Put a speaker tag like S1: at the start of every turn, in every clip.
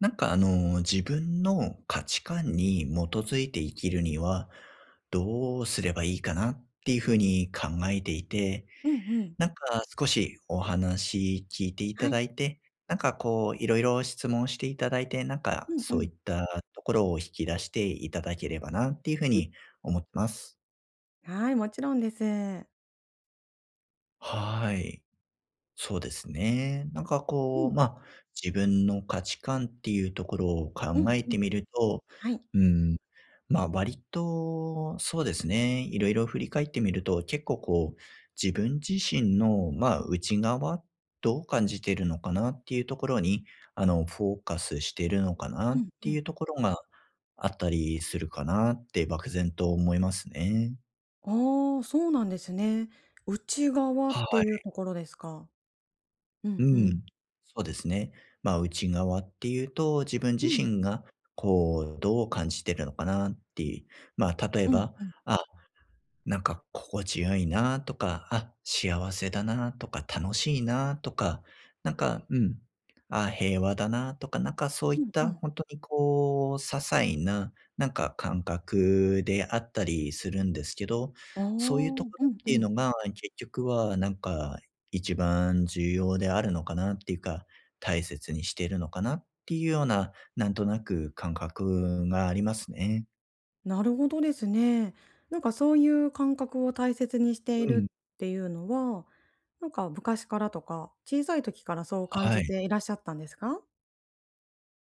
S1: なんか自分の価値観に基づいて生きるには、どうすればいいかなっていうふうに考えていて、
S2: うんうん。
S1: なんか少しお話聞いてい
S2: は
S1: た
S2: い。
S1: だいて、なんかこういろいろ質問していただいて、なんか
S2: うんう
S1: そうい
S2: ん。
S1: ったところを引き出していただければなっていうふうに思ってます。
S2: はい、もちろんです。
S1: はい。そうですね。なんかこう、まあ、自分の価値観っていうところを
S2: う
S1: 考
S2: ん
S1: え
S2: うんうん。
S1: てみると、
S2: はい。
S1: うん、ま、割とそうですね、いろいろ振り返ってみると、結構こう、自分自身の、まあ、内側、どう感じているのかなっていうところに、フォーカスしているのかな
S2: う
S1: っ
S2: ん
S1: て
S2: う
S1: い
S2: ん。
S1: うところがあったりするかなって漠然と思いますね。
S2: ああ、そうなんですね。内側
S1: は
S2: っていう
S1: い。
S2: ところですか。う
S1: う
S2: んうん。
S1: ん、そうですね。まあ、内側っていうと、自分
S2: う
S1: 自
S2: ん
S1: 身が、こう、どう感じてるのかなっていう。まあ、例え
S2: うん
S1: ば、
S2: うん。
S1: あなんか心地よいなとか、あ、幸せだなとか、楽しいなとか、なんか、うん、あ、平和だなとか、なんかそうい
S2: う
S1: っ
S2: んう
S1: た
S2: ん。
S1: 本当にこう、些細な、なんか感覚であったりするんですけど、
S2: ああ、う
S1: そういうと
S2: ん
S1: ころっ
S2: う
S1: ていう
S2: ん。
S1: のが、結局はなんか一番重要であるのかなっていうか、大切にしているのかなっていうような、なんとなく感覚がありますね。
S2: なるほどですね。なんかそういう感覚を大切にしてい
S1: うん、
S2: るっていうのは、なんか昔からとか、小さい時からそう感
S1: は
S2: じ
S1: い。
S2: ていらっしゃったんですか？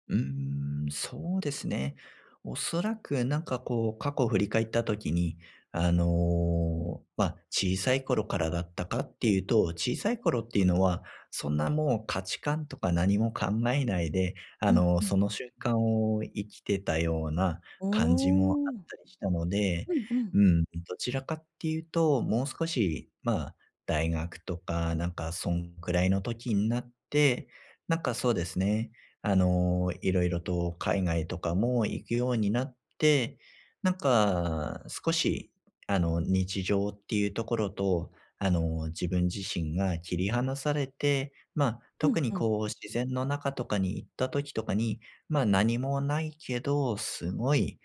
S1: うーん、そうですね。おそらくなんかこう、過去を振り返った時に、まあ、小さい頃からだったかっていうと、小さい頃っていうのは、そんなもう価値観とか何も考えないで、
S2: うんうん。
S1: その瞬間を生きてたような
S2: お
S1: 感じもあっ
S2: お。
S1: たりしたので、
S2: うんうん。
S1: うん、どちらかっていうと、もう少し、まあ、大学とか、なんかそんくらいの時になって、なんかそうですね、いろいろと海外とかも行くようになって、なんか少し、日常っていうところと、自分自身が切り離されて、まあ、
S2: う
S1: 特
S2: ん
S1: に
S2: うん。
S1: こう自然の中とかに行った時とかに、まあ、何もないけど、すごい、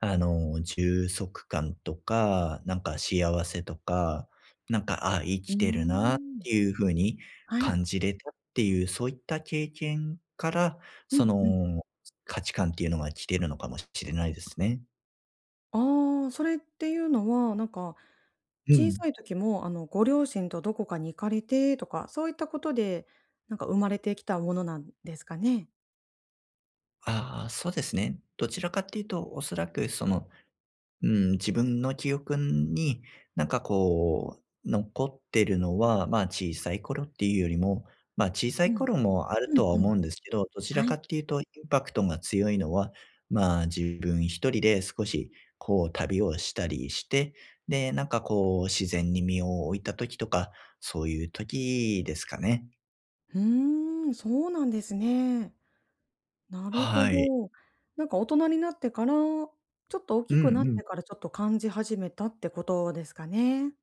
S1: 充足感とか、なんか幸せとか、なんか、あ、生
S2: うー
S1: きてるなっ
S2: ん。
S1: ていう風に
S2: はい。
S1: 感じれたっていう、そういった経験から
S2: う
S1: そ
S2: んうん。
S1: の、価値観っていうのが来てるのかもしれないですね。
S2: ああ、それっていうのは、なんか、
S1: う
S2: 小
S1: ん。
S2: さい時も、ご両親とどこかに行かれてとか、そういったことで、なんか生まれてきたものなんですかね？
S1: ああ、そうですね。どちらかっていうと、おそらくその、うん、自分の記憶に、なんかこう、残ってるのは、まあ、小さい頃っていうよりも、まあ、小さ
S2: う
S1: い
S2: ん。
S1: 頃もある
S2: う
S1: と
S2: ん
S1: は
S2: うん。
S1: 思うんですけど、どちら
S2: は
S1: か
S2: い。
S1: っていうとインパクトが強いのは、まあ、自分一人で少しこう旅をしたりして、で、なんかこう自然に身を置いた時とか、そういう時ですかね。
S2: うーん、そうなんですね。なるほ
S1: はい。
S2: ど。なんか大人になってから、ちょっと大
S1: う
S2: きくな
S1: ん
S2: っ
S1: うん。
S2: てからちょっと感じ始めたってことですかね？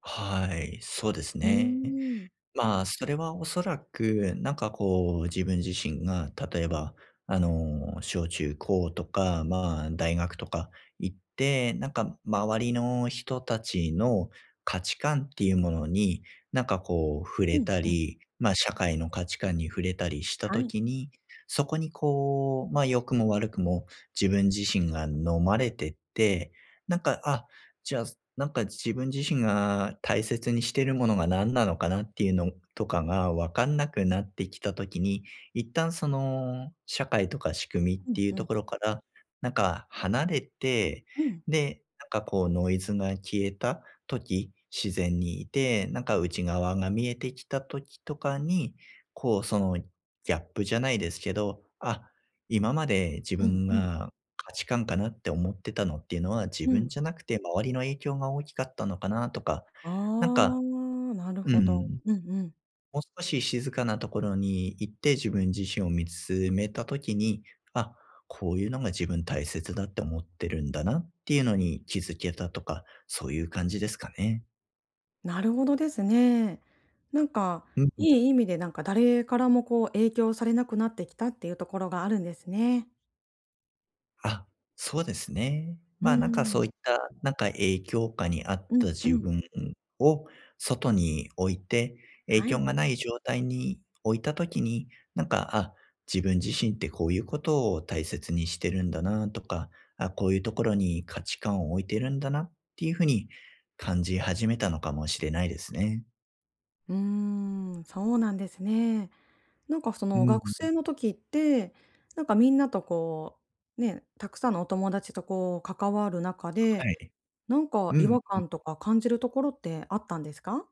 S1: はい、そうです
S2: うー
S1: ね。
S2: ん。
S1: まあ、それはおそらく、なんかこう、自分自身が、例えば、小中高とか、まあ、大学とか行って、なんか周りの人たちの価値観っていうものに、なんかこう、触
S2: う
S1: れ
S2: ん
S1: た
S2: うん。
S1: り、まあ、社会の価値観に触れたりした
S2: は
S1: と
S2: い。
S1: きに、そこにこう、まあ、良くも悪くも自分自身が飲まれてって、なんか、あ、じゃあ、なんか自分自身が大切にしてるものが何なのかなっていうのとかが分かんなくなってきたときに、一旦その社会とか仕組みっ
S2: うん
S1: ていう
S2: う
S1: と
S2: ん。
S1: ころから、なんか離れて、
S2: うん
S1: で、なんかこうノイズが消えた時、自然にいて、なんか内側が見えてきた時とかに、こうそのギャップじゃないですけど、あ、今まで自
S2: うん
S1: 分
S2: うん。
S1: が価値観かなって思ってたのっていうのは、自
S2: うん。
S1: 分じゃなくて周りの影響が大きかったのかなとか、
S2: あ
S1: なんか、
S2: あ、なる
S1: う
S2: ほど。
S1: ん、
S2: うんうん。
S1: もう少し静かなところに行って自分自身を見つめた時に、あ、こういうのが自分大切だって思ってるんだなっていうのに気づけたとか、そういう感じですかね。
S2: なるほどですね。なんか、
S1: うん。
S2: いい意味でなんか誰からもこう影響されなくなってきたっていうところがあるんですね。
S1: あ、そうですね。
S2: う
S1: まあ、なんかそう
S2: ん。
S1: いった、なんか影響下にあっ
S2: う
S1: た
S2: んう
S1: 自
S2: ん。
S1: 分を外に置いて、影
S2: はい。
S1: 響がない状態に置いたときに、なんか、あ、自分自身ってこういうことを大切にしてるんだなとか、あ、こういうところに価値観を置いてるんだなっていうふうに感じ始めたのかもしれないですね。
S2: うーん、そうなんですね。なんかそ
S1: う
S2: の
S1: ん、
S2: 学生の時って、なんかみんなとこう、ね、たくさんのお友達とこう関わる中で、
S1: はい。
S2: なんか
S1: う
S2: 違
S1: ん。
S2: 和感とか感じるところってあったんですか？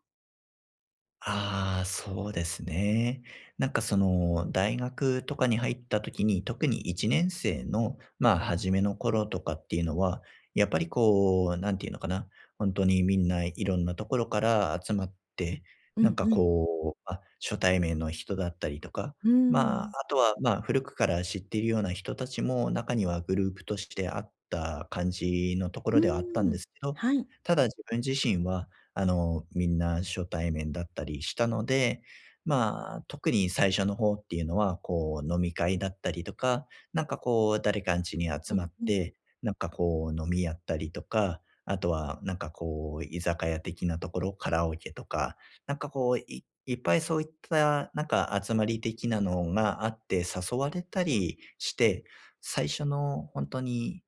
S1: ああ、そうですね。なんかその大学とかに入った時に、特に1年生の、まあ、初めの頃とかっていうのは、やっぱりこう、なんていうのかな、本当にみんないろんなところから集まって、
S2: う
S1: なん
S2: ん
S1: か
S2: うん。
S1: こう、まあ、初対面の人だったりとか、
S2: うー
S1: まあ、あ
S2: ん。
S1: とは、まあ、古くから知っているような人たちも中にはグループとしてあった感じのとこ
S2: う
S1: ろではあったん
S2: ー
S1: で
S2: ん。
S1: すけど、
S2: はい。
S1: ただ自分自身はみんな初対面だったりしたので、まあ、特に最初の方っていうのは、こう、飲み会だったりとか、なんかこう、誰かん家に集
S2: う
S1: ま
S2: ん
S1: っ
S2: うん。
S1: て、なんかこう、飲みやったりとか、あとは、なんかこう、居酒屋的なところ、カラオケとか、なんかこう、いいっぱいそういった、なんか集まり的なのがあって誘われたりして、最初の本当に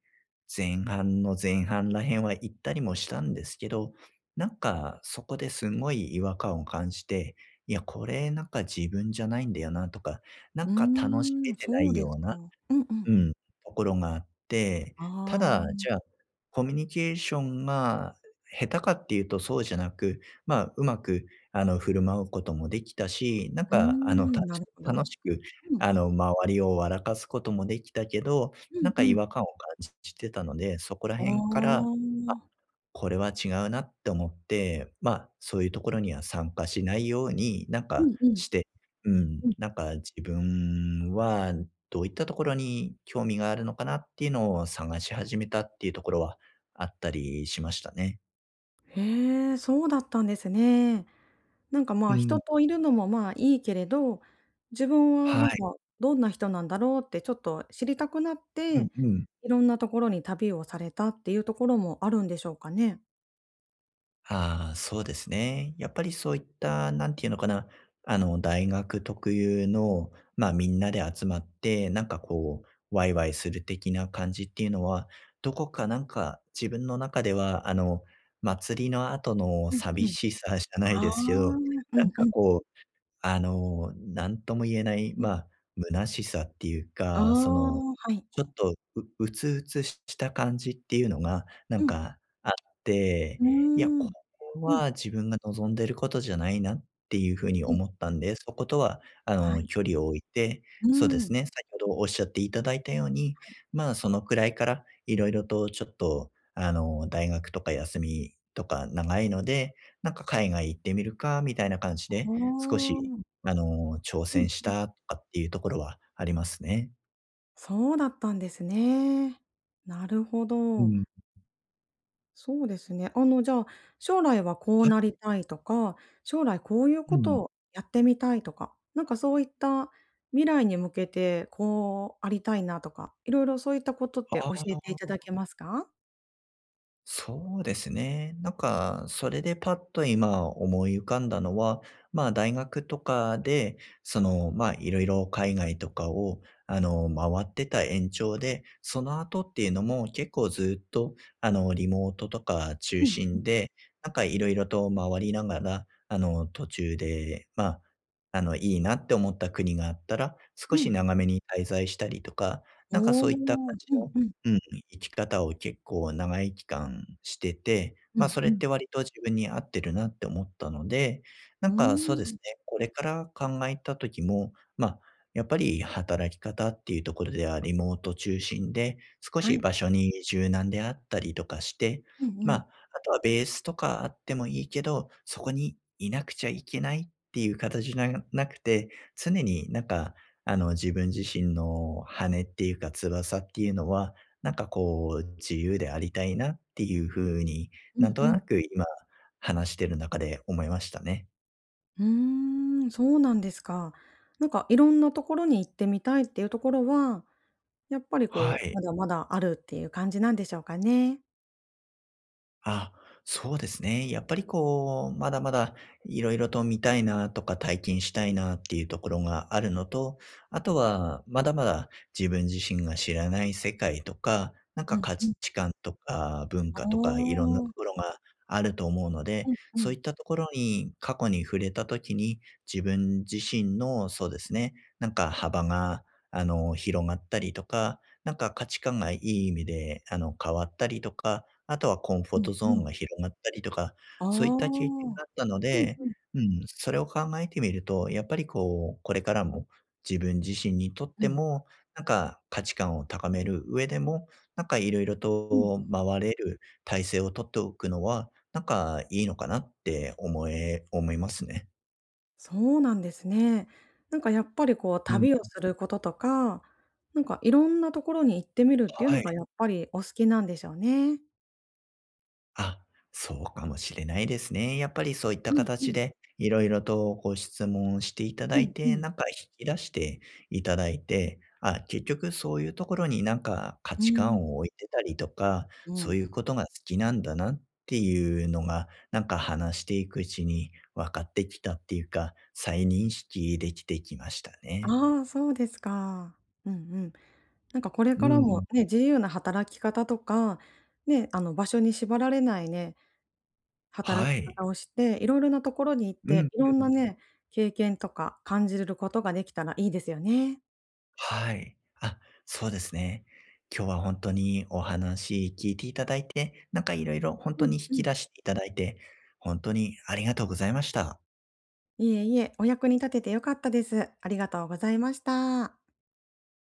S1: 前半の前半らへんは行ったりもしたんですけど、なんか、そこですごい違和感を感じて、いや、これなんか自分じゃないんだよなとか、な
S2: う
S1: んか楽し
S2: ー
S1: め
S2: ん、
S1: てな
S2: そう
S1: い
S2: で
S1: よ
S2: す
S1: うな、
S2: か。うんうん。
S1: うん、ところがあって、た
S2: あ
S1: だ、
S2: あ、
S1: じゃあ、コミュニケーションが下手かっていうとそうじゃなく、まあ、うまく、振る舞うこともできたし、なん
S2: うー
S1: か、
S2: ん、なるほ
S1: 楽
S2: ど。
S1: しく、
S2: うん。
S1: 周りを笑かすこともできたけど、
S2: う
S1: なん
S2: ん
S1: か
S2: う
S1: 違
S2: ん。
S1: 和感を感じてたので、そこら
S2: ああ。
S1: 辺からこれは違うなって思って、まあ、そういうところには参加しないように、なん
S2: う
S1: か
S2: んうん。
S1: して、うん、
S2: うん。
S1: なんか自分はどういったところに興味があるのかなっていうのを探し始めたっていうところはあったりしましたね。
S2: へえ、そうだったんですね。なんか、ま
S1: う
S2: あ、人
S1: ん。
S2: といるのも、まあ、いいけれど、自分は
S1: は
S2: なん
S1: い。
S2: かどんな人なんだろうってちょっと知りたくなっ
S1: うん
S2: て、
S1: うん。
S2: いろんなところに旅をされたっていうところもあるんでしょうかね？
S1: ああ、そうですね。やっぱりそういった、なんていうのかな、大学特有の、まあ、みんなで集まって、なんかこう、ワイワイする的な感じっていうのは、どこかなんか自分の中では、祭りの後の
S2: うんう
S1: 寂
S2: ん。
S1: しさじゃない
S2: あ
S1: で
S2: あ、
S1: すけど、
S2: う
S1: なん
S2: んう
S1: か
S2: ん
S1: こうなんとも言えない、
S2: うん。
S1: まあ、虚しさっていう
S2: ああ、
S1: か、その、
S2: はい。
S1: ちょっとうつうつした感じっていうのが、な
S2: う
S1: ん
S2: ん。
S1: かあって、
S2: うー
S1: いや、こ
S2: ん。
S1: れ
S2: うん
S1: は自分が望んでることじゃないなっていうふうに
S2: うん。
S1: 思ったんで、そことは、
S2: はい。
S1: 距離を置いて、
S2: う
S1: そうで
S2: ーん。
S1: すね、先ほどおっしゃっていただいたように、まあ、そのくらいからいろいろとちょっと、大学とか休みとか長いので、なんか海外行ってみるかみたいな感じ
S2: ああ、
S1: で、少
S2: う
S1: し
S2: ん
S1: 挑
S2: うん。
S1: 戦したとかっていうところはありますね。
S2: そうだったんですね。なるほ
S1: う
S2: ど。
S1: ん。
S2: そうですね。じゃあ、将来はこう
S1: は
S2: な
S1: い。
S2: りたいとか、将来こういう
S1: う
S2: こ
S1: ん。
S2: とをやってみたいとか、なんかそういった未来に向けてこうありたいなとか、いろいろそういったことって教
S1: あ
S2: えていただけますか？
S1: そうですね。なんか、それでパッと今思い浮かんだのは、まあ大学とかで、その、まあいろいろ海外とかを、回ってた延長で、その後っていうのも結構ずっと、リモートとか
S2: う
S1: 中
S2: んう
S1: 心
S2: ん。
S1: で、なんかいろいろと回りながら、途中で、まあ、いいなって思った国があったら、少
S2: う
S1: し
S2: ん。
S1: 長めに滞在したりとか、なんか
S2: お
S1: そういった感
S2: お。う
S1: じ
S2: ん
S1: の
S2: うん。
S1: 生き方を結構長い期間してて、
S2: う
S1: まあ、
S2: ん
S1: そ
S2: う
S1: れっ
S2: ん。
S1: て割と自分に合ってるなって思ったので、
S2: う
S1: なん
S2: ー
S1: かそうで
S2: ん。
S1: すね、これから考えた時も、まあ、やっぱり働き方っていうところではリモート中心で、少
S2: は
S1: し
S2: い。
S1: 場所に柔軟であったりとかして、
S2: うん
S1: ま
S2: うん。
S1: あ、あとはベースとかあってもいいけど、そこにいなくちゃいけないっていう形じゃなくて、常になんかあの自分自身の羽っていうか翼っていうのはなんかこう、自由でありたいなっていう風に、
S2: う
S1: なん
S2: ん
S1: と
S2: うん。
S1: なく今話してる中で思いましたね。
S2: うーん、そうなんですか。なんかいろんなところに行ってみたいっていうところはやっぱり
S1: は
S2: こう、
S1: い。
S2: まだまだあるっていう感じなんでしょうかね？
S1: あ、そうですね。やっぱりこう、まだまだいろいろと見たいなとか体験したいなっていうところがあるのと、あとはまだまだ自分自身が知らない世界とか、なん
S2: う
S1: か
S2: ん
S1: 価
S2: うん。
S1: 値観とか文
S2: あ
S1: 化とかいろんなとこ
S2: あ。
S1: ろがあると思うので、
S2: うんう
S1: そうい
S2: ん。
S1: ったところに過去に触れたときに自分自身のそうですね、なんか幅が広がったりとか、なんか価値観がいい意味で変わったりとか、あとはコンフォ
S2: う
S1: ー
S2: ん
S1: トゾー
S2: う
S1: ン
S2: ん。
S1: が広がったりとか、
S2: ああ。
S1: そういった経験
S2: う
S1: があったの
S2: ん
S1: で、
S2: うん。
S1: うん、それを考えてみると、やっぱりこう、これからも自分自身にとっ
S2: う
S1: て
S2: ん。
S1: も、なんか価値観を高める上でも、なんかいろいろ
S2: うん。
S1: と回れる体制を取っておくのは、なんかいいのかなって思いますね。
S2: そうなんですね。なんかやっぱりこう
S1: うん、
S2: 旅をすることとか、なんかいろんなところに行ってみるっていう
S1: は
S2: の
S1: い。
S2: がやっぱりお好きなんでしょうね？
S1: あ、そうかもしれないですね。やっぱりそういった
S2: うんう
S1: 形
S2: ん。
S1: で、いろいろとご質問していた
S2: う
S1: だ
S2: ん
S1: いて、
S2: うん。
S1: なんか引き出していただいて、あ、結局そういうところになんか価
S2: う
S1: 値
S2: ーん。
S1: 観を置いてたりとか、
S2: う
S1: そう
S2: ん。
S1: いうことが好きなんだなっていうのが、なんか話していくうちに分かってきたっていうか、再認識できてきましたね。
S2: ああ、そうですか。うんうん。なんかこれ
S1: う
S2: からも
S1: ん。
S2: ね、自由な働き方とか、ね、あの場所に縛られないね働
S1: は
S2: き
S1: い。
S2: 方をして、いろいろなところに行っ
S1: う
S2: て、
S1: ん
S2: いろん
S1: う
S2: な
S1: ん。
S2: ね、経験とか感じることができたらいいですよね。
S1: はい。あ、そうですね。今日は本当にお話聞いていただいて、なんかいろいろ本
S2: う
S1: 当
S2: ん
S1: に引
S2: う
S1: き
S2: ん。
S1: 出していただいて、本当にありがとうございました。
S2: いえいえ、お役に立てて良かったです。ありがとうございました。